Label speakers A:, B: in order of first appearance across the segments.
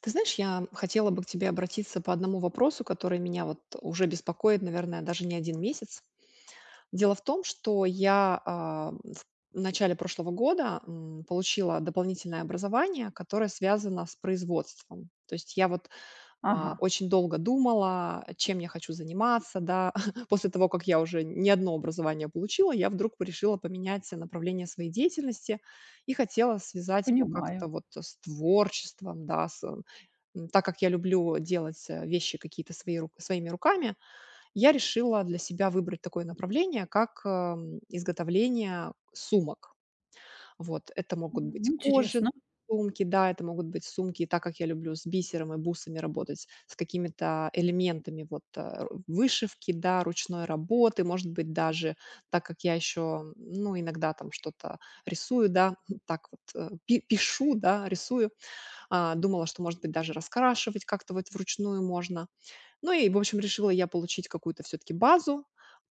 A: Ты знаешь, я хотела бы к тебе обратиться по одному вопросу, который меня вот уже беспокоит, наверное, даже не один месяц. Дело в том, что я в начале прошлого года получила дополнительное образование, которое связано с производством. То есть я вот
B: Ага,
A: очень долго думала, чем я хочу заниматься, да. После того, как я уже не одно образование получила, я вдруг решила поменять направление своей деятельности и хотела связать его как-то
B: понимаю.
A: вот с творчеством, да, так как я люблю делать вещи какие-то свои, своими руками, я решила для себя выбрать такое направление, как изготовление сумок. Вот, это могут быть кожи
B: Интересно,
A: сумки, да, это могут быть сумки, и так как я люблю с бисером и бусами работать, с какими-то элементами вот вышивки, да, ручной работы, может быть, даже так как я еще, ну, иногда там что-то рисую, да, так вот пишу, да, рисую, думала, что, может быть, даже раскрашивать как-то вот вручную можно, ну и, в общем, решила я получить какую-то все таки базу,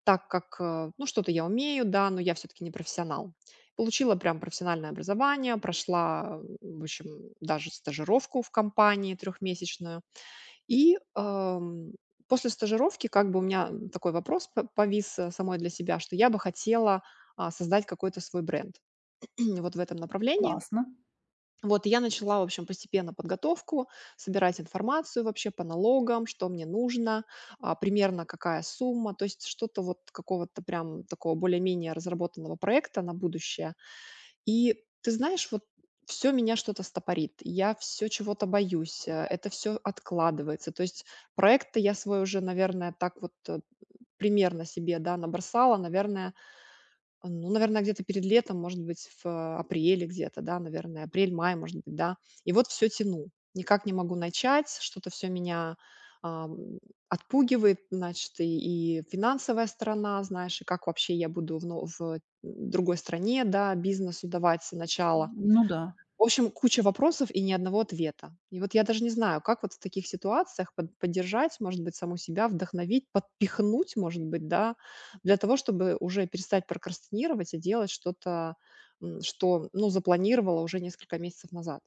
A: так как, ну, что-то я умею, да, но я все таки не профессионал. Получила прям профессиональное образование, прошла, в общем, даже стажировку в компании трехмесячную. И, после стажировки как бы у меня такой вопрос п повис, самой для себя, что я бы хотела, создать какой-то свой бренд вот в этом направлении.
B: классно.
A: Вот, и я начала, в общем, постепенно подготовку, собирать информацию вообще по налогам, что мне нужно, примерно какая сумма, то есть что-то вот какого-то прям такого более-менее разработанного проекта на будущее. И ты знаешь, вот все меня что-то стопорит, я все чего-то боюсь, это все откладывается. То есть проект я свой уже, наверное, так вот примерно себе, да, набросала, наверное, ну, наверное, где-то перед летом, может быть, в апреле где-то, да, наверное, апрель-май, может быть, да. И вот все тяну. Никак не могу начать, что-то все меня, ам, отпугивает, значит, и финансовая сторона, знаешь, и как вообще я буду в другой стране, да, бизнесу давать начало.
B: Ну да.
A: В общем, куча вопросов и ни одного ответа. И вот я даже не знаю, как вот в таких ситуациях поддержать, может быть, саму себя, вдохновить, подпихнуть, может быть, да, для того, чтобы уже перестать прокрастинировать и делать что-то, что, ну, запланировала уже несколько месяцев назад.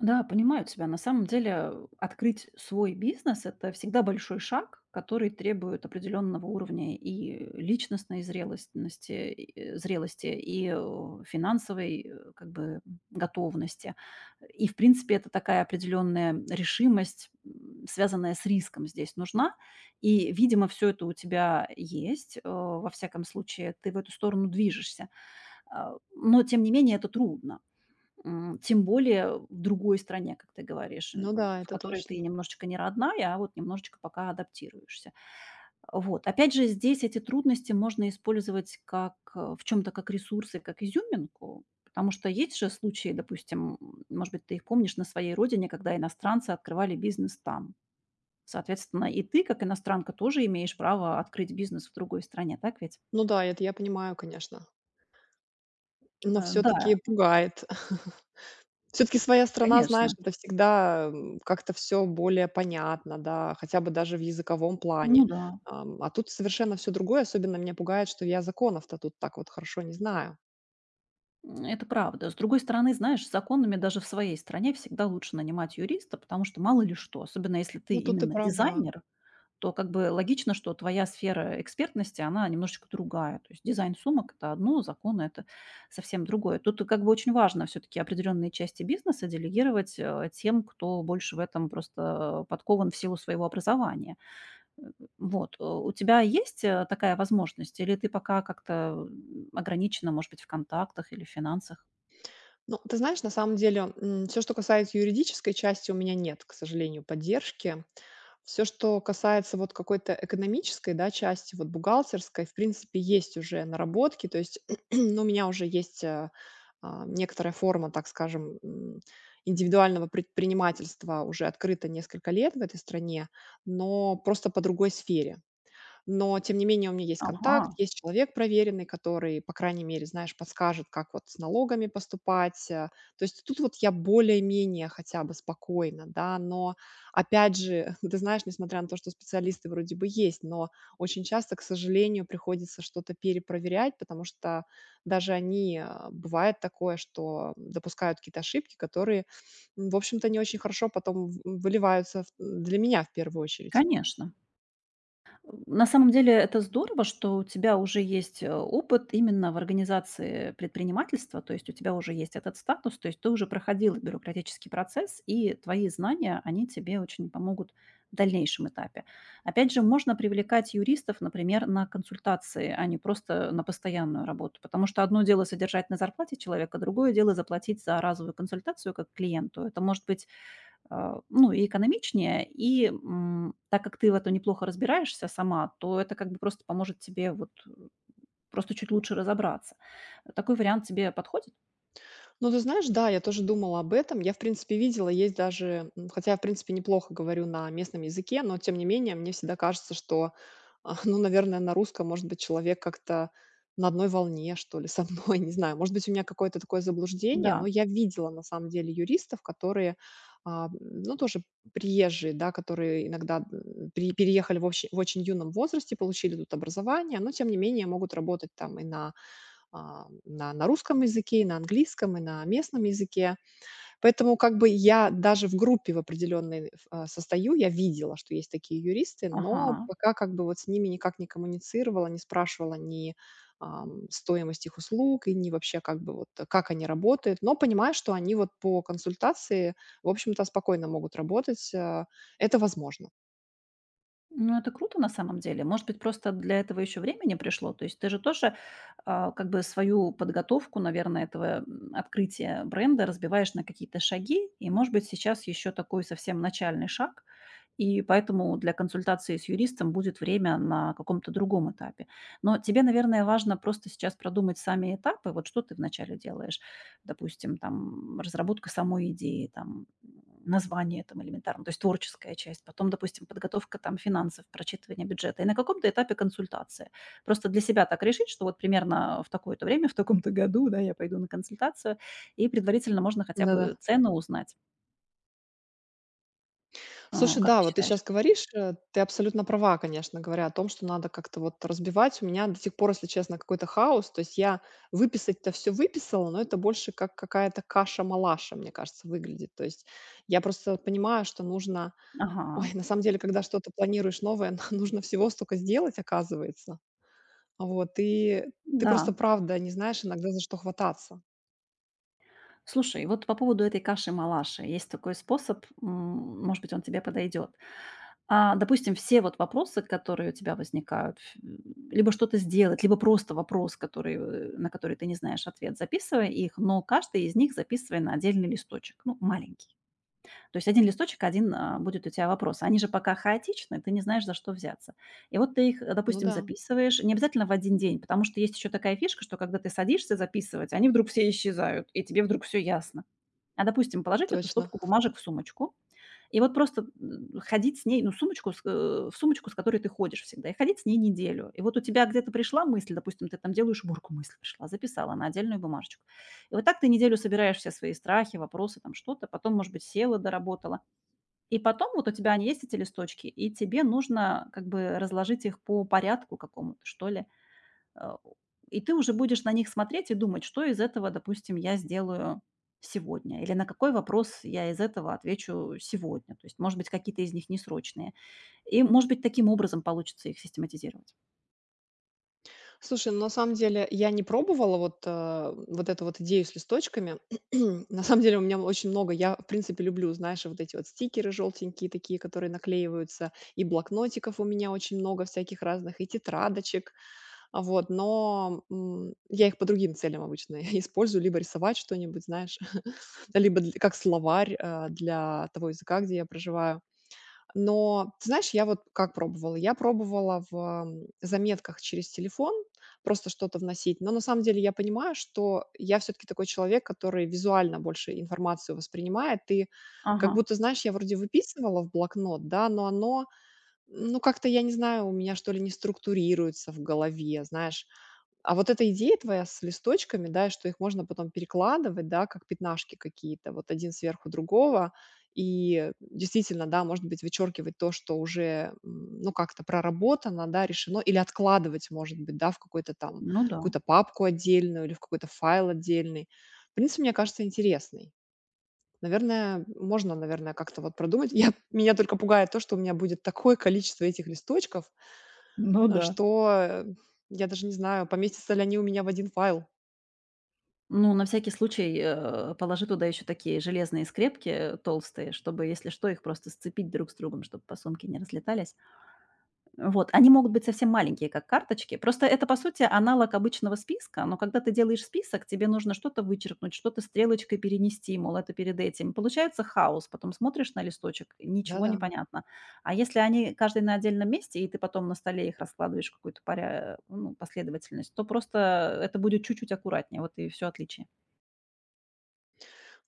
B: Да, понимаю тебя. На самом деле, открыть свой бизнес- это всегда большой шаг, который требует определенного уровня и личностной зрелостности, и, зрелости, и финансовой, как бы, готовности. И, в принципе, это такая определенная решимость, связанная с риском, здесь нужна. И, видимо, все это у тебя есть. Во всяком случае, ты в эту сторону движешься. Но тем не менее это трудно. Тем более в другой стране, как ты говоришь,
A: Ну да,
B: в
A: это
B: которой ты
A: точно.
B: немножечко не родная, а вот немножечко пока адаптируешься. Вот. Опять же, здесь эти трудности можно использовать как, в чем то как ресурсы, как изюминку, потому что есть же случаи, допустим, может быть, ты их помнишь на своей родине, когда иностранцы открывали бизнес там. Соответственно, и ты, как иностранка, тоже имеешь право открыть бизнес в другой стране, так ведь?
A: Ну да, это я понимаю, конечно, но все
B: Да,
A: таки пугает. Все таки своя страна, знаешь,
B: конечно.
A: это всегда, как-то все более понятно, да, хотя бы даже в языковом плане.
B: Ну да.
A: А тут совершенно все другое. Особенно меня пугает, что я законов-то тут так вот хорошо не знаю.
B: Это правда. С другой стороны, знаешь, законными даже в своей стране всегда лучше нанимать юриста, потому что мало ли что, особенно если ты
A: Ну, тут ты
B: именно
A: права.
B: дизайнер, то как бы логично, что твоя сфера экспертности, она немножечко другая. То есть дизайн сумок– это одно, закон– это совсем другое. Тут как бы очень важно все-таки определенные части бизнеса делегировать тем, кто больше в этом просто подкован в силу своего образования. Э, Вот. У тебя есть такая возможность? Или ты пока как-то ограничена, может быть, в контактах или в финансах?
A: Ну, ты знаешь, на самом деле, все, что касается юридической части, у меня нет, к сожалению, поддержки. Все, что касается вот какой-то экономической, да, части, вот бухгалтерской, в принципе, есть уже наработки. То есть, ну, у меня уже есть, некоторая форма, так скажем, индивидуального предпринимательства уже открыта несколько лет в этой стране, но просто по другой сфере. Но тем не менее у меня есть
B: Ага,
A: контакт, есть человек проверенный, который, по крайней мере, знаешь, подскажет, как вот с налогами поступать. То есть тут вот я более-менее хотя бы спокойно, да, но опять же, ты знаешь, несмотря на то, что специалисты вроде бы есть, но очень часто, к сожалению, приходится что-то перепроверять, потому что даже они, бывает такое, что допускают какие-то ошибки, которые, в общем-то, не очень хорошо потом выливаются для меня в первую очередь.
B: конечно. На самом деле это здорово, что у тебя уже есть, опыт именно в организации предпринимательства, то есть у тебя уже есть этот статус, то есть ты уже проходил бюрократический процесс, и твои знания, они тебе очень помогут в дальнейшем этапе. Опять же, можно привлекать юристов, например, на консультации, а не просто на постоянную работу, потому что одно дело содержать на зарплате человека, другое дело заплатить за разовую консультацию как клиенту. Это может быть ну, и экономичнее. И, так как ты в этом неплохо разбираешься сама, то это как бы просто поможет тебе вот, просто чуть лучше разобраться. Такой вариант тебе подходит?
A: Ну, ты знаешь, да, я тоже думала об этом. Я, в принципе, видела, есть даже, хотя я, в принципе, неплохо говорю на местном языке, но тем не менее мне всегда кажется, что, ну, наверное, на русском, может быть, человек как-то на одной волне, что ли, со мной, не знаю. Может быть, у меня какое-то такое заблуждение,
B: Да.
A: но я видела, на самом деле, юристов, которые, а, ну, тоже приезжие, да, которые иногда переехали в очень юном возрасте, получили тут образование, но, тем не менее, могут работать там и на на русском языке, и на английском, и на местном языке. Поэтому как бы я даже в группе в определенной состою, я видела, что есть такие юристы, но
B: Ага.
A: пока как бы вот с ними никак не коммуницировала, не спрашивала ни, стоимость их услуг и ни вообще как бы вот, как они работают. Но понимаю, что они вот по консультации, в общем-то, спокойно могут работать, это возможно.
B: Ну, это круто на самом деле. Может быть, просто для этого еще времени пришло. То есть ты же тоже, как бы свою подготовку, наверное, этого, открытия бренда разбиваешь на какие-то шаги. И, может быть, сейчас еще такой совсем начальный шаг. И поэтому для консультации с юристом будет время на каком-то другом этапе. Но тебе, наверное, важно просто сейчас продумать сами этапы. Вот что ты вначале делаешь? Допустим, там разработка самой идеи, там название там элементарно, то есть творческая часть, потом, допустим, подготовка там финансов, прочитывание бюджета и на каком-то этапе консультация. Просто для себя так решить, что вот примерно в такое-то время, в таком-то году, да, я пойду на консультацию, и предварительно можно хотя
A: Да-да.
B: бы цену узнать.
A: Слушай,
B: Как ты
A: да, вот ты сейчас
B: считаешь?
A: говоришь, ты абсолютно права, конечно, говоря о том, что надо как-то вот разбивать. У меня до сих пор, если честно, какой-то хаос. То есть я выписать-то все выписала, но это больше как какая-то каша-малаша, мне кажется, выглядит. То есть я просто понимаю, что нужно.
B: Ага,
A: Ой, на самом деле, когда что-то планируешь новое, нужно всего столько сделать, оказывается. Вот, и ты просто,
B: да.
A: правда, не знаешь иногда, за что хвататься.
B: Слушай, вот по поводу этой каши-малаши есть такой способ, может быть, он тебе подойдет. Допустим, все вот вопросы, которые у тебя возникают, либо что-то сделать, либо просто вопрос, который, на который ты не знаешь ответ, записывай их, но каждый из них записывай на отдельный листочек, ну, маленький. То есть один листочек, один будет у тебя вопрос. Они же пока хаотичны, ты не знаешь, за что взяться. И вот ты их,
A: Ну
B: допустим,
A: да,
B: записываешь не обязательно в один день, потому что есть еще такая фишка, что когда ты садишься записывать, они вдруг все исчезают, и тебе вдруг все ясно. Допустим, положить эту
A: точно.
B: стопку бумажек в сумочку и вот просто, ходить с ней, ну, в сумочку, с которой ты ходишь всегда, и ходить с ней неделю. И вот у тебя где-то пришла мысль, допустим, ты там делаешь уборку, мысль пришла, записала на отдельную бумажечку. И вот так ты неделю собираешь все свои страхи, вопросы, там что-то, потом, может быть, села, доработала. И потом вот у тебя они есть, эти листочки, и тебе нужно как бы разложить их по порядку какому-то, что ли. Э, И ты уже будешь на них смотреть и думать, что из этого, допустим, я сделаю сегодня, или на какой вопрос я из этого отвечу сегодня. То есть, может быть, какие-то из них несрочные. И, может быть, таким образом получится их систематизировать.
A: Слушай, ну, на самом деле я не пробовала вот, вот эту вот идею с листочками. На самом деле у меня очень много. Я, в принципе, люблю, знаешь, вот эти вот стикеры желтенькие такие, которые наклеиваются, и блокнотиков у меня очень много всяких разных, и тетрадочек, вот. Но, я их по другим целям обычно использую: либо рисовать что-нибудь, знаешь, либо дл как словарь, для того языка, где я проживаю. Но, ты знаешь, я вот как пробовала? Я пробовала в заметках через телефон просто что-то вносить, но на самом деле я понимаю, что я все-таки такой человек, который визуально больше информацию воспринимает, и
B: Ага,
A: как будто, знаешь, я вроде выписывала в блокнот, да, но оно, ну, как-то, я не знаю, у меня, что ли, не структурируется в голове, знаешь, а вот эта идея твоя с листочками, да, что их можно потом перекладывать, да, как пятнашки какие-то, вот один сверху другого, и действительно, да, может быть, вычеркивать то, что уже, ну, как-то проработано, да, решено, или откладывать, может быть, да, в какую-то там,
B: ну да.
A: какую-то папку отдельную или в какой-то файл отдельный. В принципе, мне кажется, интересный. Наверное, можно, наверное, как-то вот продумать. Я, меня только пугает то, что у меня будет такое количество этих листочков,
B: Ну
A: а,
B: да.
A: что, э, я даже не знаю, поместятся ли они у меня в один файл.
B: Ну, на всякий случай, положи туда еще такие железные скрепки, толстые, чтобы, если что, их просто сцепить друг с другом, чтобы посумки не разлетались. Вот. Они могут быть совсем маленькие, как карточки. Просто это, по сути, аналог обычного списка, но когда ты делаешь список, тебе нужно что-то вычеркнуть, что-то стрелочкой перенести, мол, это перед этим. Получается хаос. Потом смотришь на листочек, и ничего
A: Да-да.
B: не понятно. А если они каждый на отдельном месте, и ты потом на столе их раскладываешь в какую-то ну, последовательность, то просто это будет чуть-чуть аккуратнее. Вот и все отличие.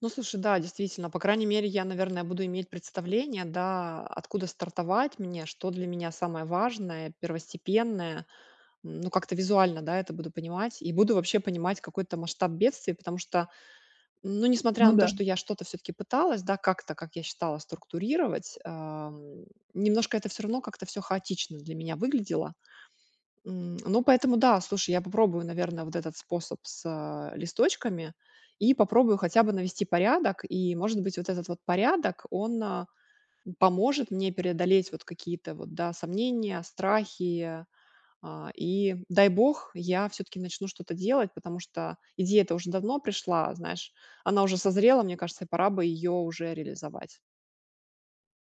A: Ну, слушай, да, действительно, по крайней мере, я, наверное, буду иметь представление, да, откуда стартовать мне, что для меня самое важное, первостепенное. Ну, как-то визуально, да, это буду понимать. И буду вообще понимать какой-то масштаб бедствия, потому что, ну, несмотря
B: Ну
A: на то,
B: да.
A: что я что-то все таки пыталась, да, как-то, как я считала, структурировать, немножко это все равно как-то все хаотично для меня выглядело. Ну, поэтому да, слушай, я попробую, наверное, вот этот способ с, листочками и попробую хотя бы навести порядок. И, может быть, вот этот вот порядок, он, поможет мне преодолеть вот какие-то вот, да, сомнения, страхи. И дай бог, я все-таки начну что-то делать, потому что идея-то уже давно пришла, знаешь, она уже созрела, мне кажется, и пора бы ее уже реализовать.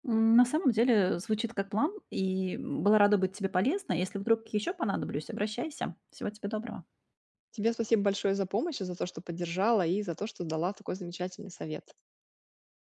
B: На самом деле звучит как план, и была рада быть тебе полезна. Если вдруг еще понадоблюсь, обращайся. Всего тебе доброго.
A: Тебе спасибо большое за помощь, и за то, что поддержала, и за то, что дала такой замечательный совет.